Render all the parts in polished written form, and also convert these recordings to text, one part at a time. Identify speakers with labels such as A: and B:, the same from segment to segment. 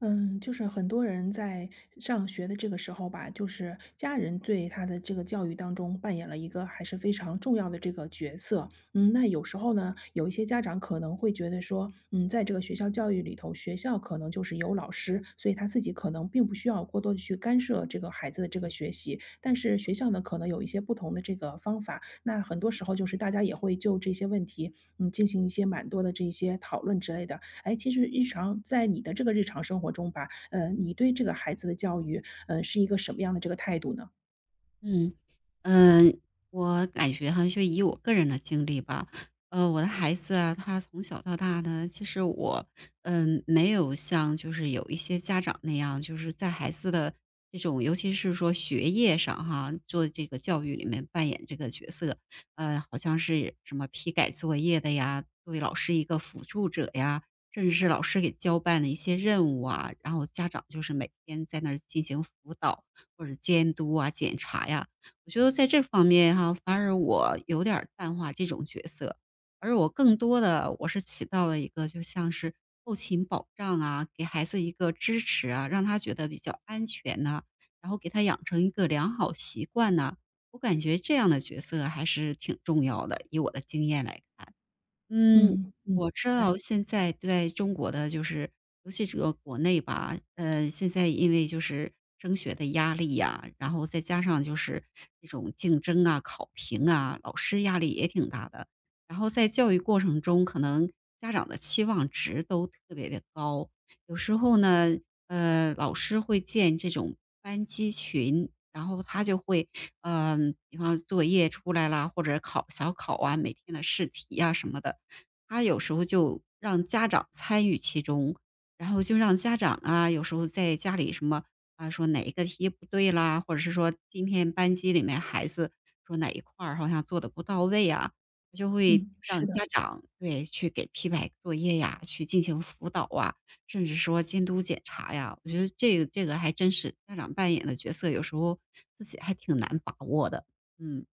A: 嗯，就是很多人在上学的这个时候吧，就是家人对他的这个教育当中扮演了一个还是非常重要的这个角色。嗯，那有时候呢，有一些家长可能会觉得说，在这个学校教育里头，学校可能就是有老师，所以他自己可能并不需要过多的去干涉这个孩子的这个学习。但是学校呢，可能有一些不同的这个方法。那很多时候就是大家也会就这些问题，进行一些蛮多的这一些讨论之类的。哎，其实日常在你的这个日常生活中吧，你对这个孩子的教育，是一个什么样的这个态度呢？
B: 嗯，嗯呃，我感觉哈，就以我个人的经历吧，我的孩子啊，他从小到大呢，其实没有像就是有一些家长那样，就是在孩子的这种，尤其是说学业上哈，做这个教育里面扮演这个角色，好像是什么批改作业的呀，作为老师一个辅助者呀，甚至是老师给交办的一些任务啊，然后家长就是每天在那儿进行辅导。或者监督啊、检查呀。我觉得在这方面哈，反而我有点儿淡化这种角色，而我更多的是起到了一个就像是后勤保障啊，给孩子一个支持啊，让他觉得比较安全呐、然后给他养成一个良好习惯呐、我感觉这样的角色还是挺重要的，以我的经验来看。嗯，
A: 嗯嗯，
B: 我知
A: 哎，
B: 道现在在中国的就是尤其这个国内吧，现在因为就是升学的压力呀，然后再加上就是这种竞争啊、考评啊，老师压力也挺大的。然后在教育过程中，可能家长的期望值都特别的高。有时候呢，老师会建这种班级群，然后他就会，比方作业出来啦，或者考小考啊，每天的试题啊什么的，他有时候就让家长参与其中，然后就让家长啊，有时候在家里什么啊，说哪一个题不对啦，或者是说今天班级里面孩子说哪一块儿好像做的不到位啊，他就会
A: 嗯，是
B: 让家
A: 的。
B: 长对去给批改作业呀，去进行辅导啊，甚至说监督检查呀。我觉得这个还真是家长扮演的角色，有时候自己还挺难把握的。嗯。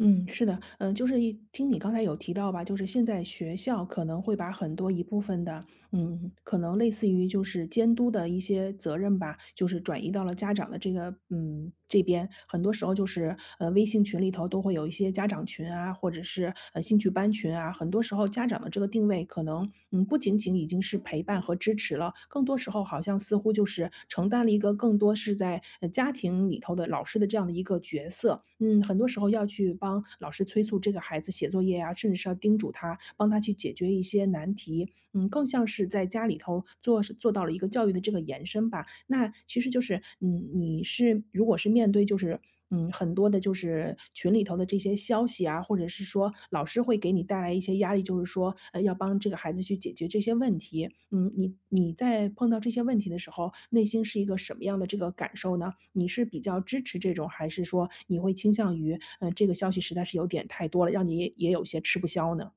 A: 嗯，是的，嗯，就是一听你刚才有提到吧，就是现在学校可能会把很多一部分的，可能类似于就是监督的一些责任吧，就是转移到了家长的这个，这边。很多时候就是，微信群里头都会有一些家长群啊，或者是兴趣班群啊，很多时候家长的这个定位可能，不仅仅已经是陪伴和支持了，更多时候好像似乎就是承担了一个更多是在家庭里头的老师的这样的一个角色。嗯，很多时候要去帮老师催促这个孩子写作业呀、甚至是要叮嘱他，帮他去解决一些难题。嗯，更像是在家里头做到了一个教育的这个延伸吧。那其实就是，你是如果是面对就是，很多的就是群里头的这些消息啊，或者是说老师会给你带来一些压力，就是说，要帮这个孩子去解决这些问题。你在碰到这些问题的时候，内心是一个什么样的这个感受呢？你是比较支持这种，还是说你会倾向于，这个消息实在是有点太多了，让你也有些吃不消呢？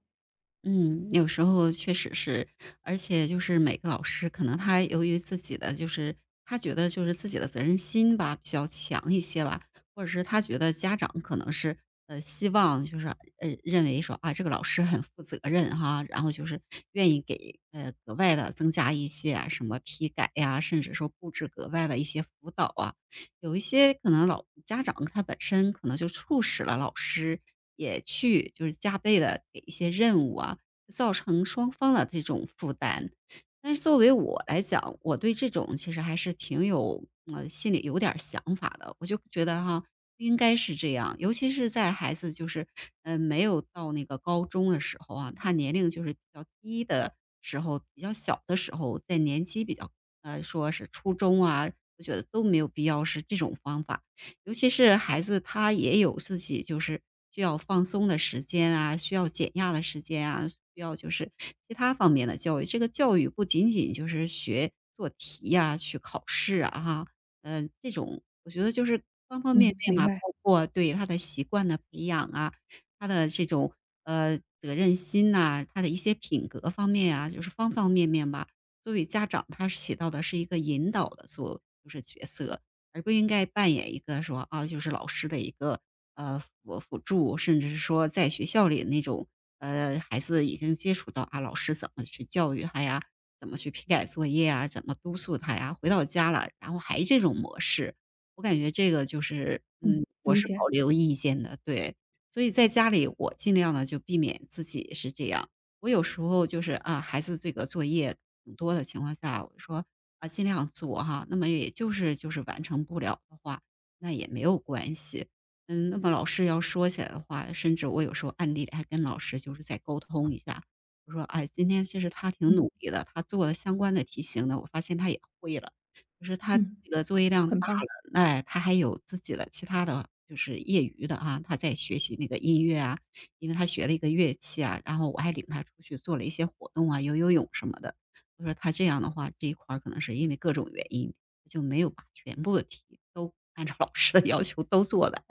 B: 嗯，有时候确实是，而且就是每个老师可能他由于自己的就是他觉得就是自己的责任心吧比较强一些吧，或者是他觉得家长可能是希望就是认为说啊这个老师很负责任哈，然后就是愿意给格外的增加一些啊什么批改呀、甚至说布置格外的一些辅导啊，有一些可能老家长他本身可能就促使了老师也去就是加倍的给一些任务啊，造成双方的这种负担。但是作为我来讲，我对这种其实还是挺有心里有点儿想法的。我就觉得哈，不应该是这样，尤其是在孩子就是，没有到那个高中的时候啊，他年龄就是比较低的时候，比较小的时候，在年级比较说是初中啊，我觉得都没有必要是这种方法。尤其是孩子他也有自己就是需要放松的时间啊，需要减压的时间啊，需要就是其他方面的教育。这个教育不仅仅就是学做题呀、去考试啊哈，这种我觉得就是方方面
A: 嗯，
B: 面
A: 明
B: 嘛，
A: 白，
B: 包括对他的习惯的培养啊，他的这种责任心呐、他的一些品格方面啊，就是方方面面吧。作为家长，他是起到的是一个引导的作就是角色，而不应该扮演一个说啊，就是老师的一个辅助，甚至是说在学校里那种孩子已经接触到啊，老师怎么去教育他呀，怎么去批改作业啊，怎么督促他呀，回到家了，然后还这种模式，我感觉这个就是
A: 嗯，
B: 嗯，我
A: 理
B: 是
A: 解，
B: 保留意见的，对。所以在家里，我尽量呢就避免自己是这样。我有时候就是啊，孩子这个作业挺多的情况下，我就说啊，尽量做哈。那么也就是完成不了的话，那也没有关系。嗯，那么老师要说起来的话，甚至我有时候暗地里还跟老师就是再沟通一下，我说哎，今天其实他挺
A: 嗯
B: 努力的，他做了相关的题型呢，我发现他也会了，就是他
A: 嗯，
B: 这个作业量大
A: 很棒，
B: 了，那他还有自己的其他的就是业余的啊，他在学习那个音乐啊，因为他学了一个乐器啊，然后我还领他出去做了一些活动啊，游泳什么的。我说他这样的话，这一块儿可能是因为各种原因，就没有把全部的题都按照老师的要求都做完。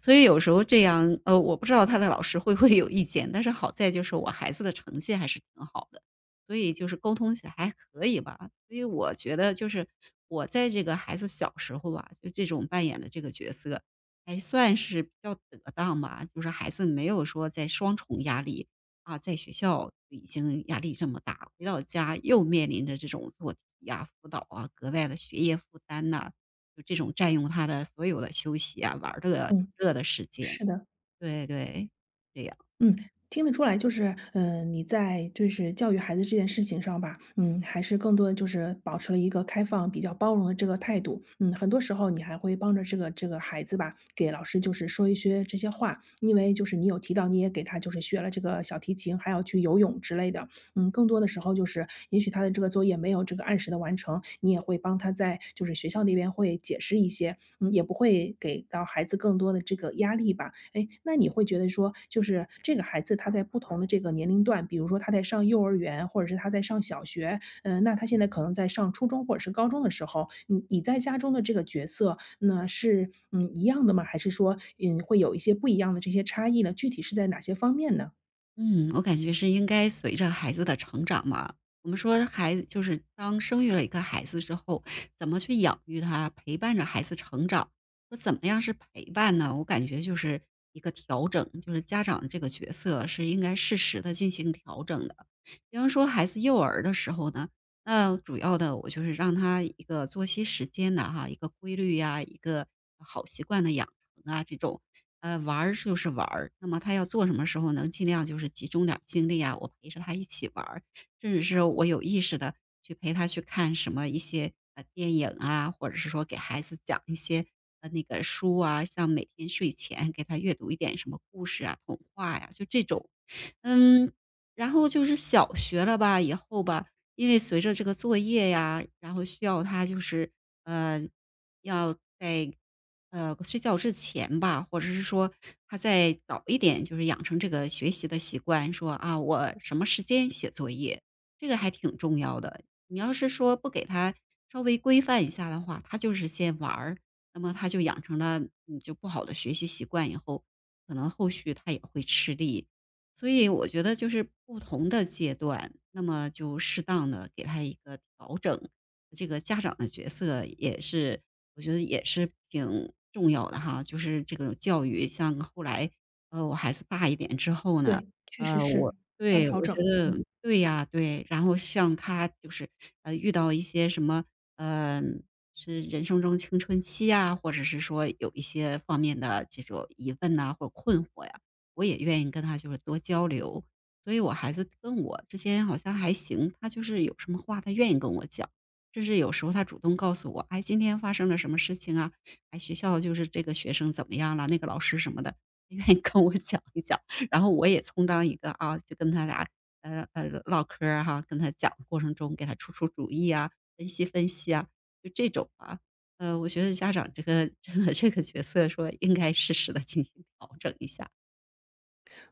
B: 所以有时候这样，我不知道他的老师会不会有意见，但是好在就是我孩子的成绩还是挺好的，所以就是沟通起来还可以吧。所以我觉得就是我在这个孩子小时候吧，就这种扮演的这个角色，还算是比较得当吧，就是孩子没有说在双重压力啊，在学校已经压力这么大，回到家又面临着这种做题呀、辅导啊、格外的学业负担呐、就这种占用他的所有的休息啊、玩儿乐
A: 嗯，
B: 乐的时间。
A: 是的。
B: 对对，这样。
A: 嗯，听得出来，就是，你在就是教育孩子这件事情上吧，还是更多的就是保持了一个开放、比较包容的这个态度。嗯，很多时候你还会帮着这个孩子吧，给老师就是说一些这些话，因为就是你有提到你也给他就是学了这个小提琴，还要去游泳之类的。更多的时候就是也许他的这个作业没有这个按时的完成，你也会帮他在就是学校那边会解释一些，也不会给到孩子更多的这个压力吧。哎，那你会觉得说，就是这个孩子他在不同的这个年龄段，比如说他在上幼儿园，或者是他在上小学，那他现在可能在上初中或者是高中的时候，你在家中的这个角色，那是一样的吗？还是说会有一些不一样的这些差异呢？具体是在哪些方面呢？
B: 嗯，我感觉是应该随着孩子的成长嘛。我们说孩子就是当生育了一个孩子之后，怎么去养育他，陪伴着孩子成长。说怎么样是陪伴呢？我感觉就是一个调整，就是家长的这个角色是应该适时的进行调整的。比方说孩子幼儿的时候呢，那主要的我就是让他一个作息时间的哈，一个规律呀、一个好习惯的养成啊这种。玩儿就是玩儿，那么他要做什么时候能尽量就是集中点儿精力啊，我陪着他一起玩儿，甚至是我有意识的去陪他去看什么一些电影啊，或者是说给孩子讲一些那个书啊，像每天睡前给他阅读一点什么故事啊、童话呀、就这种，嗯，然后就是小学了吧以后吧，因为随着这个作业呀，然后需要他就是。呃。要在，睡觉之前吧，或者是说他再早一点，就是养成这个学习的习惯，说啊，我什么时间写作业，这个还挺重要的。你要是说不给他稍微规范一下的话，他就是先玩儿，那么他就养成了你就不好的学习习惯，以后可能后续他也会吃力。所以我觉得就是不同的阶段，那么就适当的给他一个调整，这个家长的角色也是我觉得也是挺重要的哈，就是这个教育，像后来，我孩子大一点之后呢，
A: 对，确实是，
B: 我
A: 要
B: 对，
A: 调
B: 我觉
A: 整，
B: 得
A: 嗯。
B: 对呀，对，然后像他就是，遇到一些什么，呃，是人生中青春期啊，或者是说有一些方面的这种疑问呐、或者困惑呀，我也愿意跟他就是多交流，所以我孩子跟我之间好像还行，他就是有什么话他愿意跟我讲。甚至有时候他主动告诉我，哎，今天发生了什么事情啊？哎，学校就是这个学生怎么样了，那个老师什么的，愿意跟我讲一讲。然后我也充当一个啊，就跟他俩唠嗑儿哈、跟他讲的过程中给他出出主意啊，分析分析啊，就这种啊。我觉得家长这个 这个角色说应该适时的进行调整一下。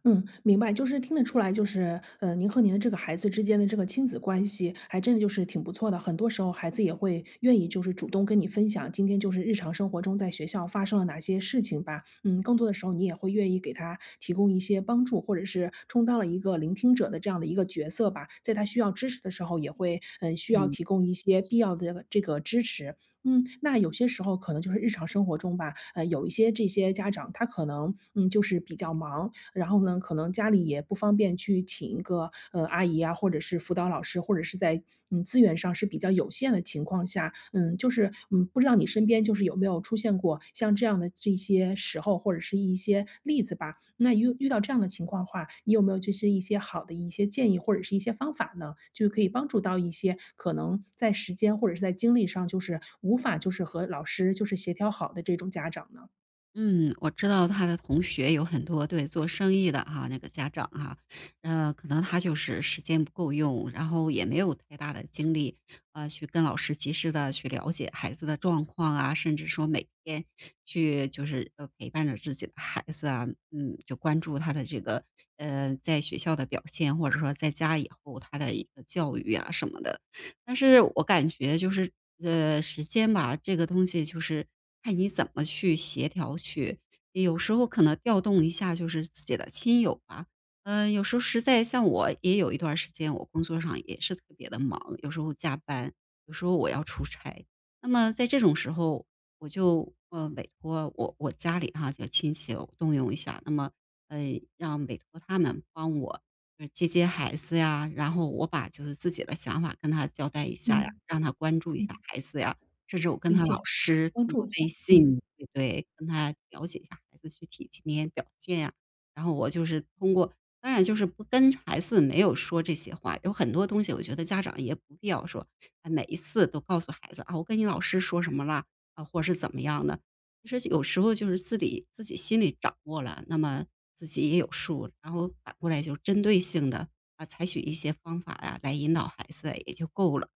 A: 嗯，明白。就是听得出来，就是，您和您的这个孩子之间的这个亲子关系，还真的就是挺不错的。很多时候，孩子也会愿意就是主动跟你分享，今天就是日常生活中在学校发生了哪些事情吧。嗯，更多的时候，你也会愿意给他提供一些帮助，或者是充当了一个聆听者的这样的一个角色吧。在他需要支持的时候，也会需要
B: 嗯。
A: 提供一些必要的这个支持。那有些时候可能就是日常生活中吧，有一些这些家长他可能就是比较忙，然后呢，可能家里也不方便去请一个，阿姨啊，或者是辅导老师，或者是在，资源上是比较有限的情况下，就是，不知道你身边就是有没有出现过像这样的这些时候，或者是一些例子吧？那遇到这样的情况的话，你有没有就是一些好的一些建议，或者是一些方法呢？就可以帮助到一些可能在时间或者是在精力上，就是无法就是和老师就是协调好的这种家长呢？
B: 嗯，我知道他的同学有很多对做生意的哈，那个家长哈，可能他就是时间不够用，然后也没有太大的精力，去跟老师及时的去了解孩子的状况啊，甚至说每天去就是陪伴着自己的孩子啊，嗯，就关注他的这个在学校的表现，或者说在家以后他的一个教育啊什么的，但是我感觉就是，时间吧，这个东西就是看你怎么去协调去，有时候可能调动一下就是自己的亲友吧。嗯，有时候实在像我也有一段时间，我工作上也是特别的忙，有时候加班，有时候我要出差。那么在这种时候，我就，委托我家里哈，就亲戚我动用一下，那么，呃，让委托他们帮我接接孩子呀，然后我把就是自己的想法跟他交代一下呀，
A: 嗯，
B: 让他关注一下
A: 嗯，
B: 孩子呀，甚至我跟
A: 理
B: 他老
A: 解，
B: 师
A: 帮
B: 通
A: 助
B: 过
A: 一下，
B: 微
A: 嗯。
B: 信，对对，跟他了解一下孩子具体今天表现呀。然后我就是通过当然就是不跟孩子没有说这些话，有很多东西我觉得家长也不必要说，哎，每一次都告诉孩子啊，我跟你老师说什么了，啊，或者是怎么样的。其实有时候就是自己心里掌握了，那么自己也有数，然后反过来就针对性的啊，采取一些方法呀、来引导孩子也就够了。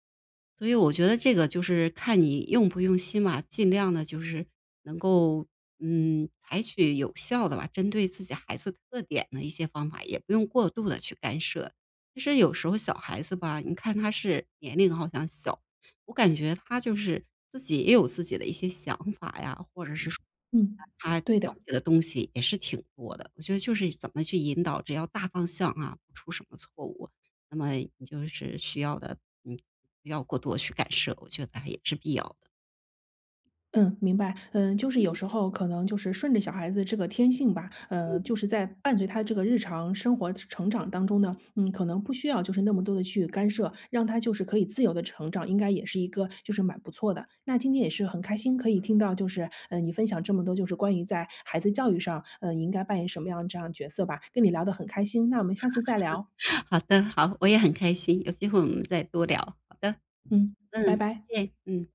B: 所以我觉得这个就是看你用不用心吧，尽量的就是能够采取有效的吧，针对自己孩子特点的一些方法，也不用过度的去干涉。其实有时候小孩子吧，你看他是年龄好像小，我感觉他就是自己也有自己的一些想法呀，或者是
A: 嗯，
B: 他
A: 对
B: 了
A: 的，
B: 解的东西也是挺多的。我觉得就是怎么去引导，只要大方向啊，不出什么错误，那么你就是需要的，嗯，不要过多去干涉，我觉得还也是必要的。
A: 嗯，明白。嗯，就是有时候可能就是顺着小孩子这个天性吧，就是在伴随他这个日常生活成长当中呢，可能不需要就是那么多的去干涉，让他就是可以自由的成长，应该也是一个就是蛮不错的。那今天也是很开心可以听到就是，你分享这么多就是关于在孩子教育上，你应该扮演什么样这样的角色吧，跟你聊得很开心，那我们下次再聊，
B: 好的，好，我也很开心，有机会我们再多聊。好的，
A: 嗯，拜
B: 嗯，
A: 拜。
B: 再见，嗯。